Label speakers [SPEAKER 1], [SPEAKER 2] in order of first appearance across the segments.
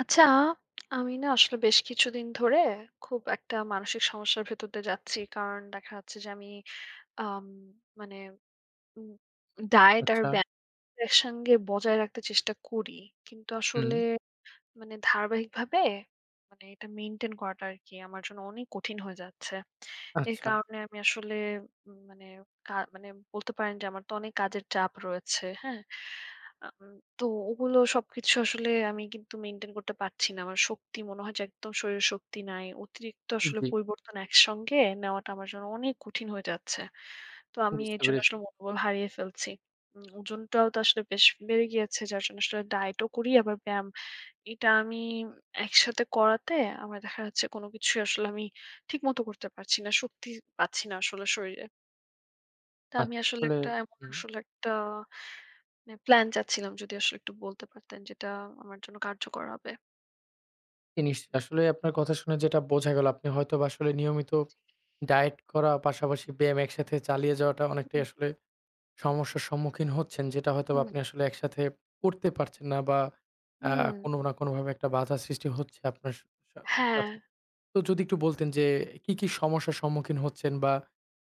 [SPEAKER 1] আচ্ছা, আমি না আসলে বেশ কিছুদিন ধরে খুব একটা মানসিক সমস্যার ভেতর দিয়ে যাচ্ছি। কারণ দেখা যাচ্ছে যে আমি আম মানে উম ডায়েট আর
[SPEAKER 2] আচ্ছা,
[SPEAKER 1] ব্যায়াম একসঙ্গে বজায় রাখতে চেষ্টা করি। কিন্তু
[SPEAKER 2] হুম,
[SPEAKER 1] আসলে ধারাবাহিকভাবে এটা মেইনটেইন করাটা আরকি আমার জন্য অনেক কঠিন হয়ে যাচ্ছে। এর
[SPEAKER 2] আচ্ছা।
[SPEAKER 1] কারণে আমি আসলে উম মানে কা মানে বলতে পারেন যে আমার তো অনেক কাজের চাপ রয়েছে, হ্যাঁ? আম তো ওগুলো সবকিছু আসলে আমি কিন্তু মেইনটেইন করতে পারছি না। আমার শক্তি মনে হয় যে একদম শরীরে শক্তি নাই। অতিরিক্ত আসলে
[SPEAKER 2] জি,
[SPEAKER 1] পরিবর্তন একসঙ্গে নেওয়াটা আমার জন্য অনেক কঠিন হয়ে যাচ্ছে। তো আমি এর
[SPEAKER 2] বুঝতে
[SPEAKER 1] জন্য
[SPEAKER 2] পেরেছি।
[SPEAKER 1] আসলে মনোবল হারিয়ে ফেলছি। ওজনটাও তো আসলে বেশ বেড়ে গিয়েছে যার জন্য আসলে ডায়েটও করি আবার ব্যায়াম এটা আমি একসাথে করাতে আমার দেখা যাচ্ছে কোনো কিছুই আসলে আমি ঠিকমতো করতে পারছি না। শক্তি পাচ্ছি না আসলে শরীরে। তো আমি
[SPEAKER 2] আচ্ছা,
[SPEAKER 1] আসলে
[SPEAKER 2] আসলে
[SPEAKER 1] একটা এমন
[SPEAKER 2] হুম,
[SPEAKER 1] আসলে একটা প্ল্যান চাচ্ছিলাম যদি আসলে একটু বলতে পারতেন যেটা আমার জন্য কার্যকর হবে।
[SPEAKER 2] জিনিস আসলে আপনার কথা শুনে যেটা বোঝা গেল আপনি হয়তোবা আসলে নিয়মিত ডায়েট করা পাশাপাশি ব্যায়াম একসাথে চালিয়ে যাওয়াটা অনেকটাই
[SPEAKER 1] হুম,
[SPEAKER 2] আসলে সমস্যার সম্মুখীন হচ্ছেন। যেটা হয়তোবা
[SPEAKER 1] হুম।
[SPEAKER 2] আপনি আসলে একসাথে করতে পারছেন না বা আ
[SPEAKER 1] হুম,
[SPEAKER 2] কোনো না কোনোভাবে একটা বাধা সৃষ্টি হচ্ছে আপনার স সা
[SPEAKER 1] হ্যাঁ।
[SPEAKER 2] সাথে। তো যদি একটু বলতেন যে কি, কি সমস্যার সম্মুখীন হচ্ছেন বা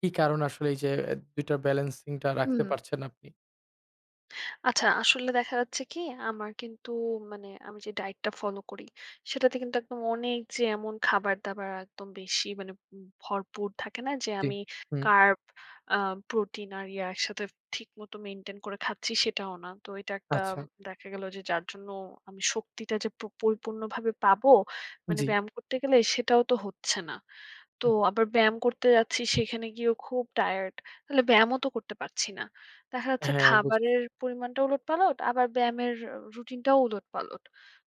[SPEAKER 2] কি কারণে আসলে এই যে ২ টার ব্যালেন্সিং টা রাখতে
[SPEAKER 1] হুম।
[SPEAKER 2] পারছেন আপনি?
[SPEAKER 1] আচ্ছা, আসলে দেখা যাচ্ছে কি আমার কিন্তু আমি যে ডায়েটটা ফলো করি সেটাতে কিন্তু একদম অনেক যে এমন খাবার-দাবার একদম বেশি মানে ভরপুর থাকে না যে
[SPEAKER 2] জি,
[SPEAKER 1] আমি
[SPEAKER 2] হুম,
[SPEAKER 1] কার্ব, আ প্রোটিন আর ইয়া একসাথে ঠিকমতো মেইনটেইন করে খাচ্ছি সেটাও না। তো এটা একটা
[SPEAKER 2] আচ্ছা,
[SPEAKER 1] দেখা গেল যে যার জন্য আমি শক্তিটা যে পরিপূর্ণভাবে পাবো মানে
[SPEAKER 2] জি।
[SPEAKER 1] ব্যায়াম করতে গেলে সেটাও তো হচ্ছে না। তো
[SPEAKER 2] হুম,
[SPEAKER 1] আবার ব্যায়াম করতে যাচ্ছি সেখানে গিয়েও খুব টায়ার্ড। তাহলে ব্যায়ামও তো করতে পারছি না। দেখা যাচ্ছে
[SPEAKER 2] হ্যাঁ, বুঝেছি,
[SPEAKER 1] খাবারের পরিমাণটা উলটপালট, আবার ব্যায়ামের রুটিনটাও উলটপালট।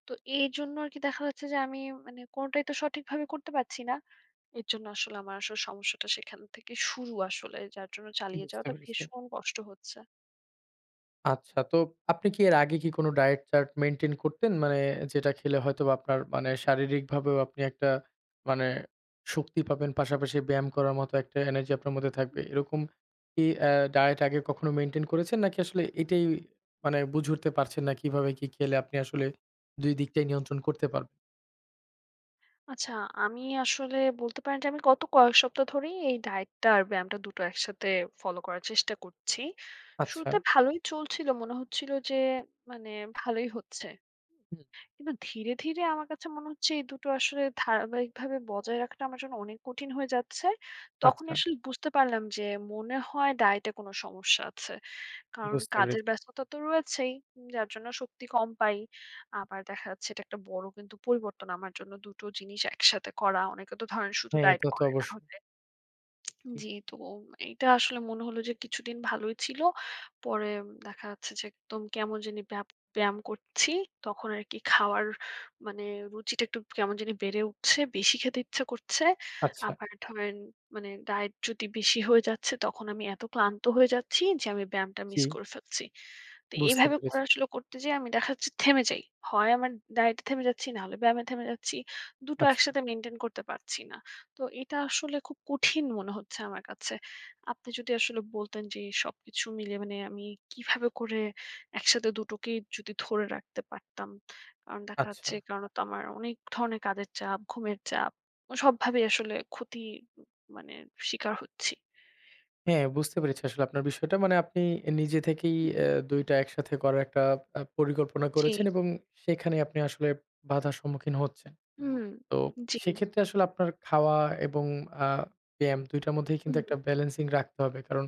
[SPEAKER 1] তো এইজন্য আরকি দেখা যাচ্ছে যে আমি কোনটাই তো সঠিকভাবে করতে পারছি না। এর জন্য আসলে আমার আসলে সমস্যাটা সেখান থেকে শুরু আসলে। যার জন্য চালিয়ে
[SPEAKER 2] বুঝতে
[SPEAKER 1] যাওয়াটা
[SPEAKER 2] পেরেছি।
[SPEAKER 1] ভীষণ কষ্ট হচ্ছে।
[SPEAKER 2] আচ্ছা, তো আপনি কি এর আগে কি কোনো ডায়েট চার্ট মেইনটেইন করতেন? মানে যেটা খেলে হয়তোবা আপনার মানে শারীরিকভাবেও আপনি একটা মানে শক্তি পাবেন, পাশাপাশি ব্যায়াম করার মতো একটা এনার্জি আপনার মধ্যে থাকবে। এরকম কি ডায়েট আগে কখনো মেইনটেইন করেছেন? নাকি আসলে এটাই মানে বুঝে উঠতে পারছেন না কিভাবে কি খেলে আপনি আসলে ২ দিকটাই নিয়ন্ত্রণ করতে পারবেন?
[SPEAKER 1] আচ্ছা, আমি আসলে বলতে পারেন যে আমি গত কয়েক সপ্তাহ ধরেই এই ডায়েটটা আর ব্যায়ামটা দুটো একসাথে ফলো করার চেষ্টা করছি।
[SPEAKER 2] আচ্ছা,
[SPEAKER 1] শুরুতে ভালোই চলছিল। মনে হচ্ছিল যে মানে ভালোই হচ্ছে।
[SPEAKER 2] হুম,
[SPEAKER 1] কিন্তু ধীরে, ধীরে আমার কাছে মনে হচ্ছে এই দুটো আসলে ধারাবাহিকভাবে বজায় রাখাটা আমার জন্য অনেক কঠিন হয়ে যাচ্ছে। তখনই
[SPEAKER 2] আচ্ছা,
[SPEAKER 1] আসলে বুঝতে পারলাম যে মনে হয় ডায়েটে কোনো সমস্যা আছে। কারণ
[SPEAKER 2] বুঝতে
[SPEAKER 1] কাজের
[SPEAKER 2] পেরেছি।
[SPEAKER 1] ব্যস্ততা তো রয়েছেই, যার জন্য শক্তি কম পাই। আবার দেখা যাচ্ছে এটা একটা বড় কিন্তু পরিবর্তন আমার জন্য দুটো জিনিস একসাথে করা। অনেকে তো ধরেন শুধু
[SPEAKER 2] হ্যাঁ,
[SPEAKER 1] ডায়েট
[SPEAKER 2] তা তো
[SPEAKER 1] করে না।
[SPEAKER 2] অবশ্যই। জি,
[SPEAKER 1] জি, তো এটা আসলে মনে হলো যে কিছুদিন ভালোই ছিল। পরে দেখা যাচ্ছে যে একদম কেমন জানি ব্যায়াম করছি। তখন আরকি খাওয়ার মানে রুচিটা একটু কেমন জানি বেড়ে উঠছে। বেশি খেতে ইচ্ছা করছে।
[SPEAKER 2] আচ্ছা,
[SPEAKER 1] আবার ধরেন ডায়েট যদি বেশি হয়ে যাচ্ছে তখন আমি এত ক্লান্ত হয়ে যাচ্ছি যে আমি ব্যায়ামটা
[SPEAKER 2] জি,
[SPEAKER 1] মিস করে ফেলছি। তো
[SPEAKER 2] বুঝতে
[SPEAKER 1] এভাবে করে
[SPEAKER 2] পেরেছি।
[SPEAKER 1] আসলে করতে যেয়ে আমি দেখা যাচ্ছে থেমে যাই। হয় আমার ডায়েটে থেমে যাচ্ছি, না হলে ব্যায়ামে থেমে যাচ্ছি। দুটো
[SPEAKER 2] আচ্ছা,
[SPEAKER 1] একসাথে মেইনটেইন করতে পারছি না। তো এটা আসলে খুব কঠিন মনে হচ্ছে আমার কাছে। আপনি যদি আসলে বলতেন যে সবকিছু মিলিয়ে মানে আমি কিভাবে করে একসাথে দুটোকেই যদি ধরে রাখতে পারতাম। কারণ দেখা
[SPEAKER 2] আচ্ছা।
[SPEAKER 1] যাচ্ছে কারণ তো আমার অনেক ধরনের কাজের চাপ, ঘুমের চাপ সবভাবেই আসলে ক্ষতি মানে শিকার হচ্ছি।
[SPEAKER 2] হ্যাঁ, বুঝতে পেরেছি আসলে আপনার বিষয়টা। মানে আপনি নিজে থেকেই
[SPEAKER 1] হুম।
[SPEAKER 2] ২ টা একসাথে করার একটা পরিকল্পনা
[SPEAKER 1] জি,
[SPEAKER 2] করেছেন এবং সেখানে আপনি আসলে বাধার সম্মুখীন হচ্ছেন।
[SPEAKER 1] হুম,
[SPEAKER 2] তো
[SPEAKER 1] জি,
[SPEAKER 2] সেক্ষেত্রে আসলে আপনার খাওয়া এবং আ ব্যায়াম ২ টার মধ্যেই কিন্তু
[SPEAKER 1] হুম,
[SPEAKER 2] একটা ব্যালেন্সিং রাখতে হবে। কারণ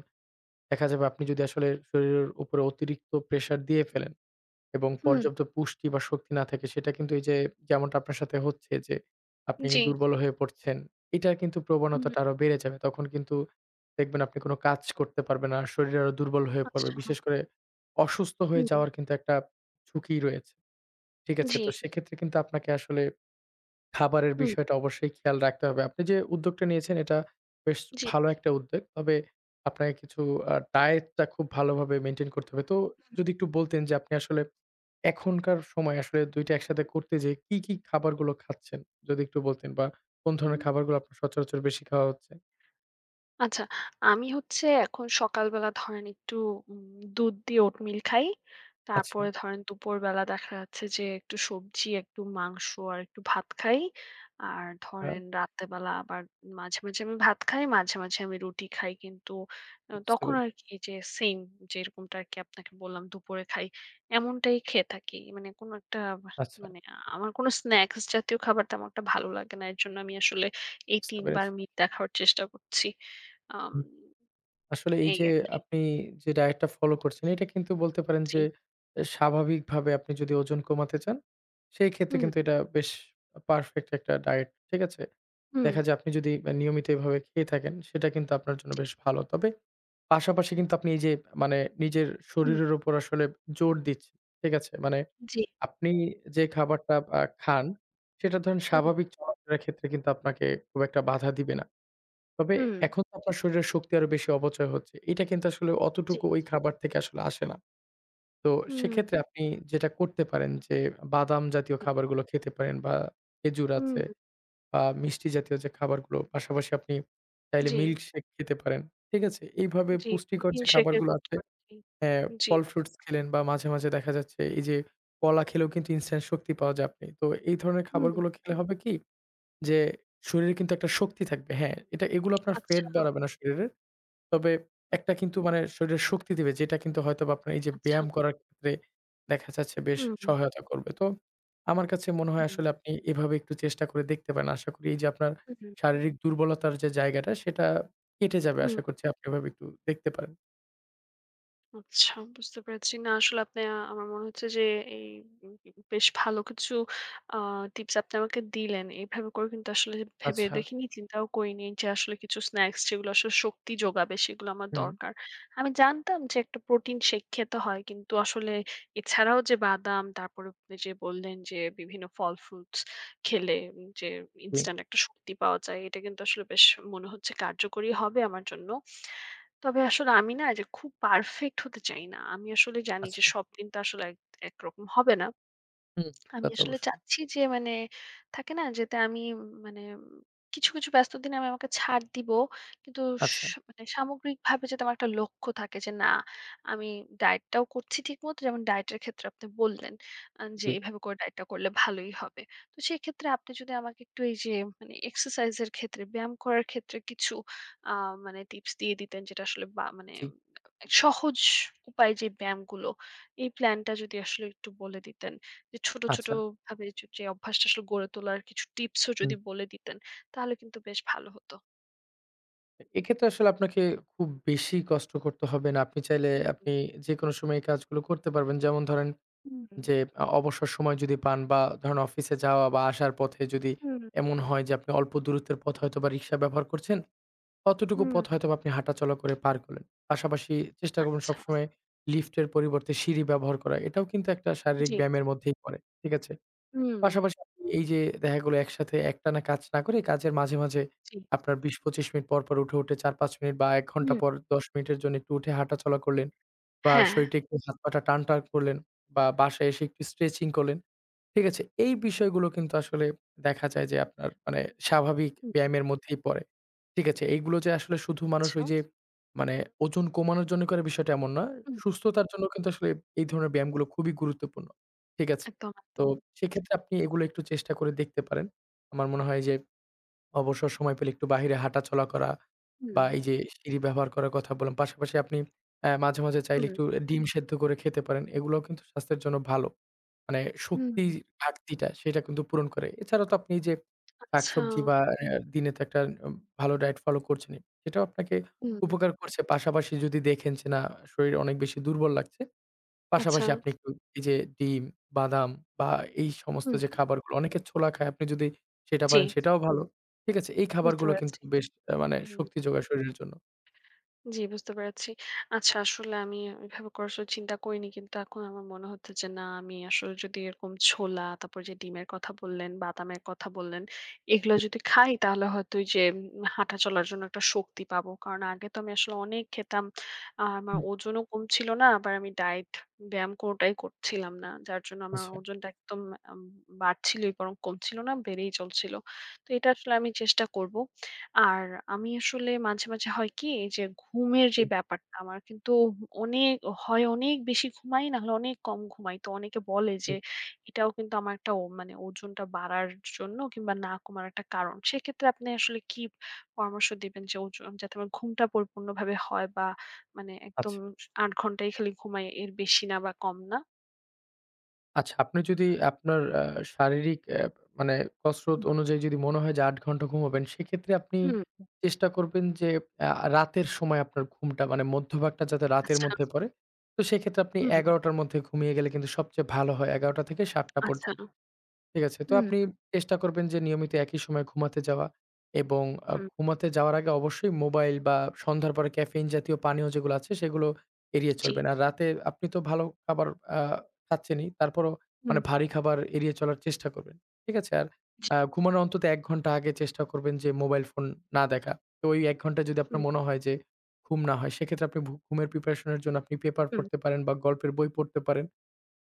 [SPEAKER 2] দেখা যাবে আপনি যদি আসলে শরীরের উপরে অতিরিক্ত প্রেশার দিয়ে ফেলেন এবং
[SPEAKER 1] হুম,
[SPEAKER 2] পর্যাপ্ত পুষ্টি বা শক্তি না থাকে সেটা কিন্তু এই যে যেমনটা আপনার সাথে হচ্ছে যে আপনি
[SPEAKER 1] জি,
[SPEAKER 2] দুর্বল হয়ে পড়ছেন, এটার কিন্তু
[SPEAKER 1] হুম,
[SPEAKER 2] প্রবণতাটা আরো বেড়ে যাবে। তখন কিন্তু দেখবেন আপনি কোনো কাজ করতে পারবেন না। শরীর আরো দুর্বল হয়ে পড়বে।
[SPEAKER 1] আচ্ছা, হুম,
[SPEAKER 2] বিশেষ করে অসুস্থ হয়ে যাওয়ার কিন্তু একটা ঝুঁকি রয়েছে। ঠিক আছে?
[SPEAKER 1] জি,
[SPEAKER 2] তো সেক্ষেত্রে কিন্তু আপনাকে আসলে খাবারের
[SPEAKER 1] হুম,
[SPEAKER 2] বিষয়টা অবশ্যই খেয়াল রাখতে হবে। আপনি যে উদ্যোগটা নিয়েছেন এটা বেশ
[SPEAKER 1] জি।
[SPEAKER 2] ভালো একটা উদ্যোগ। তবে আপনাকে কিছু ডায়েটটা খুব ভালোভাবে মেইনটেইন করতে হবে। তো যদি একটু বলতেন যে আপনি আসলে এখনকার সময় আসলে ২ টা একসাথে করতে যেয়ে কি, কি খাবারগুলো খাচ্ছেন? যদি একটু বলতেন বা কোন
[SPEAKER 1] হুম।
[SPEAKER 2] ধরনের খাবারগুলো আপনার সচরাচর বেশি খাওয়া হচ্ছে?
[SPEAKER 1] আচ্ছা, আমি হচ্ছে এখন সকালবেলা ধরেন একটু উম দুধ দিয়ে ওটমিল খাই।
[SPEAKER 2] আচ্ছা,
[SPEAKER 1] তারপরে ধরেন দুপুরবেলা দেখা যাচ্ছে যে একটু সবজি, একটু মাংস আর একটু ভাত খাই। আর
[SPEAKER 2] হ্যাঁ,
[SPEAKER 1] ধরেন রাত্রেবেলা আবার মাঝে, মাঝে আমি ভাত খাই, মাঝে, মাঝে আমি রুটি খাই। কিন্তু
[SPEAKER 2] বুঝতে
[SPEAKER 1] তখন
[SPEAKER 2] পেরেছি।
[SPEAKER 1] আরকি যে সেইম যেরকমটা আরকি আপনাকে বললাম দুপুরে খাই, এমনটাই খেয়ে থাকি। মানে কোনো একটা বাহ
[SPEAKER 2] আচ্ছা,
[SPEAKER 1] মানে আমার কোনো স্ন্যাক্স জাতীয় খাবার তেমন একটা ভালো লাগে না। এর জন্য আমি আসলে এই
[SPEAKER 2] বুঝতে
[SPEAKER 1] ৩ বার
[SPEAKER 2] পেরেছি।
[SPEAKER 1] মিট দেখার চেষ্টা করছি। আম
[SPEAKER 2] আসলে এই
[SPEAKER 1] এই
[SPEAKER 2] যে
[SPEAKER 1] আরকি।
[SPEAKER 2] আপনি যে ডায়েটটা ফলো করছেন, এটা কিন্তু বলতে পারেন
[SPEAKER 1] জি।
[SPEAKER 2] যে এ স্বাভাবিকভাবে আপনি যদি ওজন কমাতে চান, সেই ক্ষেত্রে
[SPEAKER 1] হুম,
[SPEAKER 2] কিন্তু এটা বেশ পারফেক্ট একটা ডায়েট। ঠিক আছে?
[SPEAKER 1] হুম,
[SPEAKER 2] দেখা যায় আপনি যদি নিয়মিত এভাবে খেয়ে থাকেন, সেটা কিন্তু আপনার জন্য বেশ ভালো। তবে পাশাপাশি কিন্তু আপনি এই যে মানে নিজের
[SPEAKER 1] হুম,
[SPEAKER 2] শরীরের উপর আসলে জোর দিচ্ছেন। ঠিক আছে? মানে
[SPEAKER 1] জি।
[SPEAKER 2] আপনি যে খাবারটা খান, সেটা ধরেন
[SPEAKER 1] হুম,
[SPEAKER 2] স্বাভাবিক চলাফেরার ক্ষেত্রে কিন্তু আপনাকে খুব একটা বাধা দিবে না। তবে
[SPEAKER 1] হুম,
[SPEAKER 2] এখন তো আপনার শরীরের শক্তি আরো বেশি অপচয় হচ্ছে। এটা কিন্তু আসলে
[SPEAKER 1] জি।
[SPEAKER 2] অতটুকু ওই খাবার থেকে আসলে আসে না। তো
[SPEAKER 1] হুম,
[SPEAKER 2] সেক্ষেত্রে আপনি যেটা করতে পারেন যে বাদাম জাতীয়
[SPEAKER 1] জি।
[SPEAKER 2] খাবারগুলো খেতে পারেন বা খেজুর
[SPEAKER 1] হুম।
[SPEAKER 2] আছে বা মিষ্টি জাতীয় যে খাবারগুলো, পাশাপাশি আপনি চাইলে
[SPEAKER 1] জি,
[SPEAKER 2] মিল্কশেক খেতে পারেন। ঠিক আছে? এইভাবে
[SPEAKER 1] জি।
[SPEAKER 2] পুষ্টিকর
[SPEAKER 1] প্রোটিন
[SPEAKER 2] যে
[SPEAKER 1] শেকের
[SPEAKER 2] খাবারগুলো
[SPEAKER 1] মতো
[SPEAKER 2] আছে,
[SPEAKER 1] আরকি।
[SPEAKER 2] হ্যাঁ,
[SPEAKER 1] জি।
[SPEAKER 2] ফল ফ্রুটস খেলেন বা মাঝে, মাঝে দেখা যাচ্ছে এই যে কলা খেলেও কিন্তু ইনস্ট্যান্ট শক্তি পাওয়া যায় আপনি। তো এই ধরনের
[SPEAKER 1] হুম।
[SPEAKER 2] খাবারগুলো খেলে হবে কি যে শরীরে কিন্তু একটা শক্তি থাকবে। হ্যাঁ, এটা এগুলো আপনার
[SPEAKER 1] আচ্ছা,
[SPEAKER 2] ফ্যাট বাড়াবে না শরীরে। তবে একটা কিন্তু মানে শরীরে শক্তি দিবে যেটা কিন্তু হয়তোবা আপনার এই যে
[SPEAKER 1] আচ্ছা।
[SPEAKER 2] ব্যায়াম করার ক্ষেত্রে দেখা যাচ্ছে বেশ
[SPEAKER 1] হুম, হুম,
[SPEAKER 2] সহায়তা করবে। তো আমার কাছে মনে হয় আসলে আপনি এভাবে একটু চেষ্টা করে দেখতে পারেন। আশা করি এই যে আপনার
[SPEAKER 1] হুম,
[SPEAKER 2] শারীরিক দুর্বলতার যে জায়গাটা সেটা কেটে যাবে।
[SPEAKER 1] হুম।
[SPEAKER 2] আশা করছি আপনি এভাবে একটু দেখতে পারেন।
[SPEAKER 1] আচ্ছা, বুঝতে পেরেছি। না আসলে আপনি আমার মনে হচ্ছে যে এই উম বেশ ভালো কিছু আ টিপস আপনি আমাকে দিলেন। এভাবে করে কিন্তু আসলে ভেবে
[SPEAKER 2] আচ্ছা,
[SPEAKER 1] দেখিনি, চিন্তাও করিনি যে আসলে কিছু স্ন্যাকস যেগুলো আসলে শক্তি যোগাবে সেগুলো আমার
[SPEAKER 2] হুম,
[SPEAKER 1] দরকার। আমি জানতাম যে একটা প্রোটিন শেক খেতে হয় কিন্তু আসলে এছাড়াও যে বাদাম তারপরে আপনি যে বললেন যে বিভিন্ন ফল ফ্রুটস খেলে যে
[SPEAKER 2] জি,
[SPEAKER 1] ইনস্ট্যান্ট একটা শক্তি পাওয়া যায় এটা কিন্তু আসলে বেশ মনে হচ্ছে কার্যকরী হবে আমার জন্য। তবে আসলে আমি না যে খুব পারফেক্ট হতে চাই না। আমি আসলে জানি
[SPEAKER 2] আচ্ছা,
[SPEAKER 1] যে সব দিন তো আসলে এক একরকম হবে না।
[SPEAKER 2] হুম,
[SPEAKER 1] আমি
[SPEAKER 2] তা তো
[SPEAKER 1] আসলে
[SPEAKER 2] অবশ্যই।
[SPEAKER 1] চাচ্ছি যে মানে থাকে না যেতে আমি মানে কিছু, কিছু ব্যস্ত দিনে আমি আমাকে ছাড় দিব। কিন্তু স
[SPEAKER 2] আচ্ছা,
[SPEAKER 1] মানে সামগ্রিকভাবে যাতে আমার একটা লক্ষ্য থাকে যে না আমি ডায়েটটাও করছি ঠিকমতো যেমন ডায়েটের ক্ষেত্রে আপনি বললেন যে
[SPEAKER 2] জি,
[SPEAKER 1] এভাবে করে ডায়েটটা করলে ভালোই হবে। তো সেক্ষেত্রে আপনি যদি আমাকে একটু এই যে এক্সারসাইজ এর ক্ষেত্রে ব্যায়াম করার ক্ষেত্রে কিছু আ টিপস দিয়ে দিতেন যেটা আসলে বা মানে
[SPEAKER 2] জি,
[SPEAKER 1] সহজ উপায়ে যে ব্যায়ামগুলো এই প্ল্যানটা যদি আসলে একটু বলে দিতেন। যে ছোট, ছোট
[SPEAKER 2] আচ্ছা,
[SPEAKER 1] ভাবে যে যে অভ্যাসটা আসলে গড়ে তোলার কিছু টিপসও
[SPEAKER 2] হুম।
[SPEAKER 1] যদি বলে দিতেন, তাহলে কিন্তু বেশ ভালো হতো।
[SPEAKER 2] এক্ষেত্রে আসলে আপনাকে খুব বেশি কষ্ট করতে হবে না। আপনি চাইলে
[SPEAKER 1] হুম,
[SPEAKER 2] আপনি যেকোনো সময় এই কাজগুলো করতে পারবেন। যেমন ধরেন
[SPEAKER 1] হুম,
[SPEAKER 2] যে অবসর সময় যদি পান বা ধরেন অফিসে যাওয়া বা আসার পথে যদি
[SPEAKER 1] হুম,
[SPEAKER 2] এমন হয় যে আপনি অল্প দূরত্বের পথ হয়তোবা রিক্সা ব্যবহার করছেন, অতটুকু
[SPEAKER 1] হুম।
[SPEAKER 2] পথ হয়তোবা আপনি হাঁটাচলা করে পার করলেন। পাশাপাশি চেষ্টা করবেন
[SPEAKER 1] আচ্ছা,
[SPEAKER 2] সবসময় লিফটের পরিবর্তে সিঁড়ি ব্যবহার করা। এটাও কিন্তু একটা শারীরিক
[SPEAKER 1] জি,
[SPEAKER 2] ব্যায়ামের মধ্যেই পড়ে। ঠিক আছে?
[SPEAKER 1] হুম,
[SPEAKER 2] পাশাপাশি আপনি এই যে দেখা গেল একসাথে একটানা কাজ না করে কাজের মাঝে, মাঝে
[SPEAKER 1] জি,
[SPEAKER 2] আপনার ২০-২৫ মিনিট পর, পর উঠে, উঠে ৪-৫ মিনিট বা ১ ঘন্টা
[SPEAKER 1] হুম,
[SPEAKER 2] পর ১০ মিনিটের জন্য একটু উঠে হাঁটাচলা করলেন বা
[SPEAKER 1] হ্যাঁ,
[SPEAKER 2] শরীরটা একটু হাত-পাটা টানটান করলেন বা বাসায় এসে একটু স্ট্রেচিং করলেন। ঠিক আছে? এই বিষয়গুলো কিন্তু আসলে দেখা যায় যে আপনার মানে স্বাভাবিক
[SPEAKER 1] হুম,
[SPEAKER 2] ব্যায়ামের মধ্যেই পড়ে। ঠিক আছে? এইগুলো যে আসলে শুধু মানুষ
[SPEAKER 1] আচ্ছা,
[SPEAKER 2] ওই যে মানে ওজন কমানোর জন্য করে বিষয়টা এমন না।
[SPEAKER 1] হুম,
[SPEAKER 2] সুস্থতার জন্য কিন্তু আসলে এই ধরনের ব্যায়ামগুলো খুবই গুরুত্বপূর্ণ। ঠিক আছে?
[SPEAKER 1] একদম,
[SPEAKER 2] তো
[SPEAKER 1] একদম,
[SPEAKER 2] সেক্ষেত্রে আপনি এগুলো একটু চেষ্টা করে দেখতে পারেন। আমার মনে হয় যে অবসর সময় পেলে একটু বাহিরে হাঁটাচলা করা
[SPEAKER 1] হুম,
[SPEAKER 2] বা এই যে সিঁড়ি ব্যবহার করার কথা বললাম। পাশাপাশি আপনি মাঝে, মাঝে চাইলে
[SPEAKER 1] হুম,
[SPEAKER 2] একটু ডিম সেদ্ধ করে খেতে পারেন। এগুলোও কিন্তু স্বাস্থ্যের জন্য ভালো। মানে
[SPEAKER 1] হুম।
[SPEAKER 2] শক্তির ঘাটতিটা সেটা কিন্তু পূরণ করে। এছাড়া তো আপনি এই যে
[SPEAKER 1] আচ্ছা,
[SPEAKER 2] শাকসবজি বা এ দিনে তো একটা উম ভালো ডায়েট ফলো করছেনই। সেটাও আপনাকে
[SPEAKER 1] হুম,
[SPEAKER 2] উপকার করছে। পাশাপাশি যদি দেখেন যে না, শরীর অনেক বেশি দুর্বল লাগছে,
[SPEAKER 1] আচ্ছা,
[SPEAKER 2] পাশাপাশি আপনি একটু এই যে ডিম, বাদাম বা এই সমস্ত
[SPEAKER 1] হুম,
[SPEAKER 2] যে খাবারগুলো অনেকে ছোলা খায়, আপনি যদি সেটা
[SPEAKER 1] জি,
[SPEAKER 2] পারেন সেটাও ভালো। ঠিক আছে? এই
[SPEAKER 1] বুঝতে
[SPEAKER 2] খাবারগুলো কিন্তু
[SPEAKER 1] পেরেছি।
[SPEAKER 2] বেশ মানে
[SPEAKER 1] হুম।
[SPEAKER 2] শক্তি যোগায় শরীরের জন্য।
[SPEAKER 1] জি, বুঝতে পেরেছি। আচ্ছা আসলে আমি এভাবে করে আসলে চিন্তা করিনি। কিন্তু এখন আমার মনে হচ্ছে যে না আমি আসলে যদি এরকম ছোলা, তারপর যে ডিমের কথা বললেন, বাদামের কথা বললেন, এগুলো যদি খাই তাহলে হয়তো ওই যে হাঁটা চলার জন্য একটা শক্তি পাবো। কারণ আগে তো আমি আসলে অনেক খেতাম। আর আমার
[SPEAKER 2] হুম,
[SPEAKER 1] ওজনও কম ছিল না। আবার আমি ডায়েট, ব্যায়াম কোনটাই করছিলাম না। যার জন্য আমার
[SPEAKER 2] আচ্ছা।
[SPEAKER 1] ওজনটা একদম আম বাড়ছিলই বরং কমছিল না, বেড়েই চলছিল। তো এটা আসলে আমি চেষ্টা করব। আর আমি আসলে মাঝে, মাঝে হয় কি এই যে ঘুমের যে
[SPEAKER 2] জি,
[SPEAKER 1] ব্যাপারটা আমার কিন্তু অনেক হয় অনেক বেশি ঘুমাই নাহলে অনেক কম ঘুমাই। তো অনেকে বলে যে
[SPEAKER 2] হুম,
[SPEAKER 1] এটাও কিন্তু আমার একটা মানে ওজনটা বাড়ার জন্য কিংবা না কমার একটা কারণ। সেক্ষেত্রে আপনি আসলে কি পরামর্শ দিবেন যে ওজন যাতে আমার ঘুমটা পরিপূর্ণভাবে হয় বা মানে একদম
[SPEAKER 2] আচ্ছা।
[SPEAKER 1] ৮ ঘন্টাই খালি ঘুমাই এর বেশি না বা কম না?
[SPEAKER 2] আচ্ছা, আপনি যদি আপনার শারীরিক মানে কসরত
[SPEAKER 1] হুম,
[SPEAKER 2] অনুযায়ী যদি মনে হয় যে ৮ ঘন্টা ঘুমাবেন, সেক্ষেত্রে আপনি
[SPEAKER 1] হুম,
[SPEAKER 2] চেষ্টা করবেন যে রাতের সময় আপনার ঘুমটা মানে মধ্যভাগটা যাতে রাতের
[SPEAKER 1] আচ্ছা,
[SPEAKER 2] মধ্যে পড়ে। তো সেক্ষেত্রে আপনি
[SPEAKER 1] হুম,
[SPEAKER 2] ১১ঃ০০ টার মধ্যে ঘুমিয়ে গেলে কিন্তু সবচেয়ে ভালো হয়। ১১ঃ০০ থেকে ৭ঃ০০
[SPEAKER 1] আচ্ছা।
[SPEAKER 2] পর্যন্ত। ঠিক আছে। তো
[SPEAKER 1] হুম,
[SPEAKER 2] আপনি চেষ্টা করবেন যে নিয়মিত একই সময়ে ঘুমাতে যাওয়া এবং
[SPEAKER 1] হুম,
[SPEAKER 2] ঘুমাতে যাওয়ার আগে অবশ্যই মোবাইল বা সন্ধ্যার পরে ক্যাফেইন জাতীয় পানীয় যেগুলো আছে সেগুলো এড়িয়ে
[SPEAKER 1] জি,
[SPEAKER 2] চলবেন। আর রাতে আপনি তো ভালো খাবার আ খাচ্ছেনই। তারপরও
[SPEAKER 1] হুম,
[SPEAKER 2] মানে ভারী খাবার এড়িয়ে চলার চেষ্টা করবেন। ঠিক আছে? আর
[SPEAKER 1] জি।
[SPEAKER 2] ঘুমানোর অন্তত ১ ঘন্টা আগে চেষ্টা করবেন যে মোবাইল ফোন না দেখা। তো ওই ১ ঘন্টা যদি আপনার
[SPEAKER 1] হুম,
[SPEAKER 2] মনে হয় যে ঘুম না হয় সেক্ষেত্রে আপনি ঘুমের প্রিপারেশন এর জন্য আপনি পেপার
[SPEAKER 1] হুম,
[SPEAKER 2] পড়তে পারেন বা গল্পের বই পড়তে পারেন।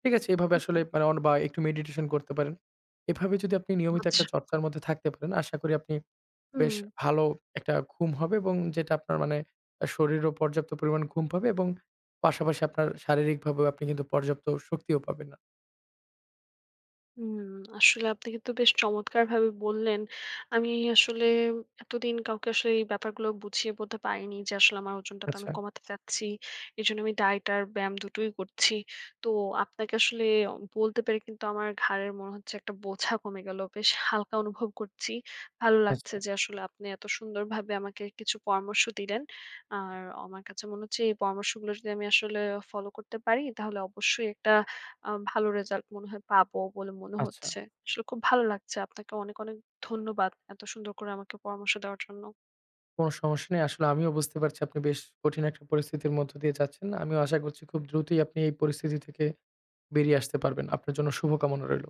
[SPEAKER 2] ঠিক আছে? এভাবে
[SPEAKER 1] হুম,
[SPEAKER 2] আসলে মানে বা একটু মেডিটেশন করতে পারেন। এভাবে যদি আপনি নিয়মিত
[SPEAKER 1] আচ্ছা।
[SPEAKER 2] একটা চর্চার মধ্যে থাকতে পারেন, আশা করি আপনি বেশ
[SPEAKER 1] হুম,
[SPEAKER 2] ভালো একটা ঘুম হবে এবং যেটা আপনার মানে শরীরও পর্যাপ্ত পরিমাণ ঘুম পাবে এবং পাশাপাশি আপনার শারীরিকভাবেও আপনি কিন্তু পর্যাপ্ত শক্তিও পাবেন। না।
[SPEAKER 1] হুম। আসলে আপনি কিন্তু বেশ চমৎকারভাবে বললেন। আমি আসলে এতদিন কাউকে আসলে এই ব্যাপারগুলো বুঝিয়ে বলতে পারিনি যে আসলে আমার ওজনটা তো আমি
[SPEAKER 2] আচ্ছা,
[SPEAKER 1] কমাতে চাচ্ছি। এজন্য আমি ডায়েট আর ব্যায়াম দুটোই করছি। তো আপনাকে আসলে বলতে পেরে কিন্তু আমার ঘাড়ের মনে হচ্ছে একটা বোঝা কমে গেল। বেশ হালকা অনুভব করছি। ভালো লাগছে
[SPEAKER 2] আচ্ছা,
[SPEAKER 1] যে আসলে আপনি এত সুন্দরভাবে আমাকে কিছু পরামর্শ দিলেন। আর আমার কাছে মনে হচ্ছে এই পরামর্শগুলো যদি আমি আসলে ফলো করতে পারি তাহলে অবশ্যই একটা ভালো রেজাল্ট মনে হয় পাবো বলে মনে
[SPEAKER 2] আচ্ছা।
[SPEAKER 1] হচ্ছে। আসলে খুব ভালো লাগছে। আপনাকে অনেক, অনেক ধন্যবাদ। এত সুন্দর করে আমাকে পরামর্শ দেওয়ার জন্য।
[SPEAKER 2] কোনো সমস্যা নেই। আসলে আমিও বুঝতে পারছি আপনি বেশ কঠিন একটা পরিস্থিতির মধ্য দিয়ে যাচ্ছেন। আমিও আশা করছি খুব দ্রুতই আপনি এই পরিস্থিতি থেকে বেরিয়ে আসতে পারবেন। আপনার জন্য শুভকামনা রইল।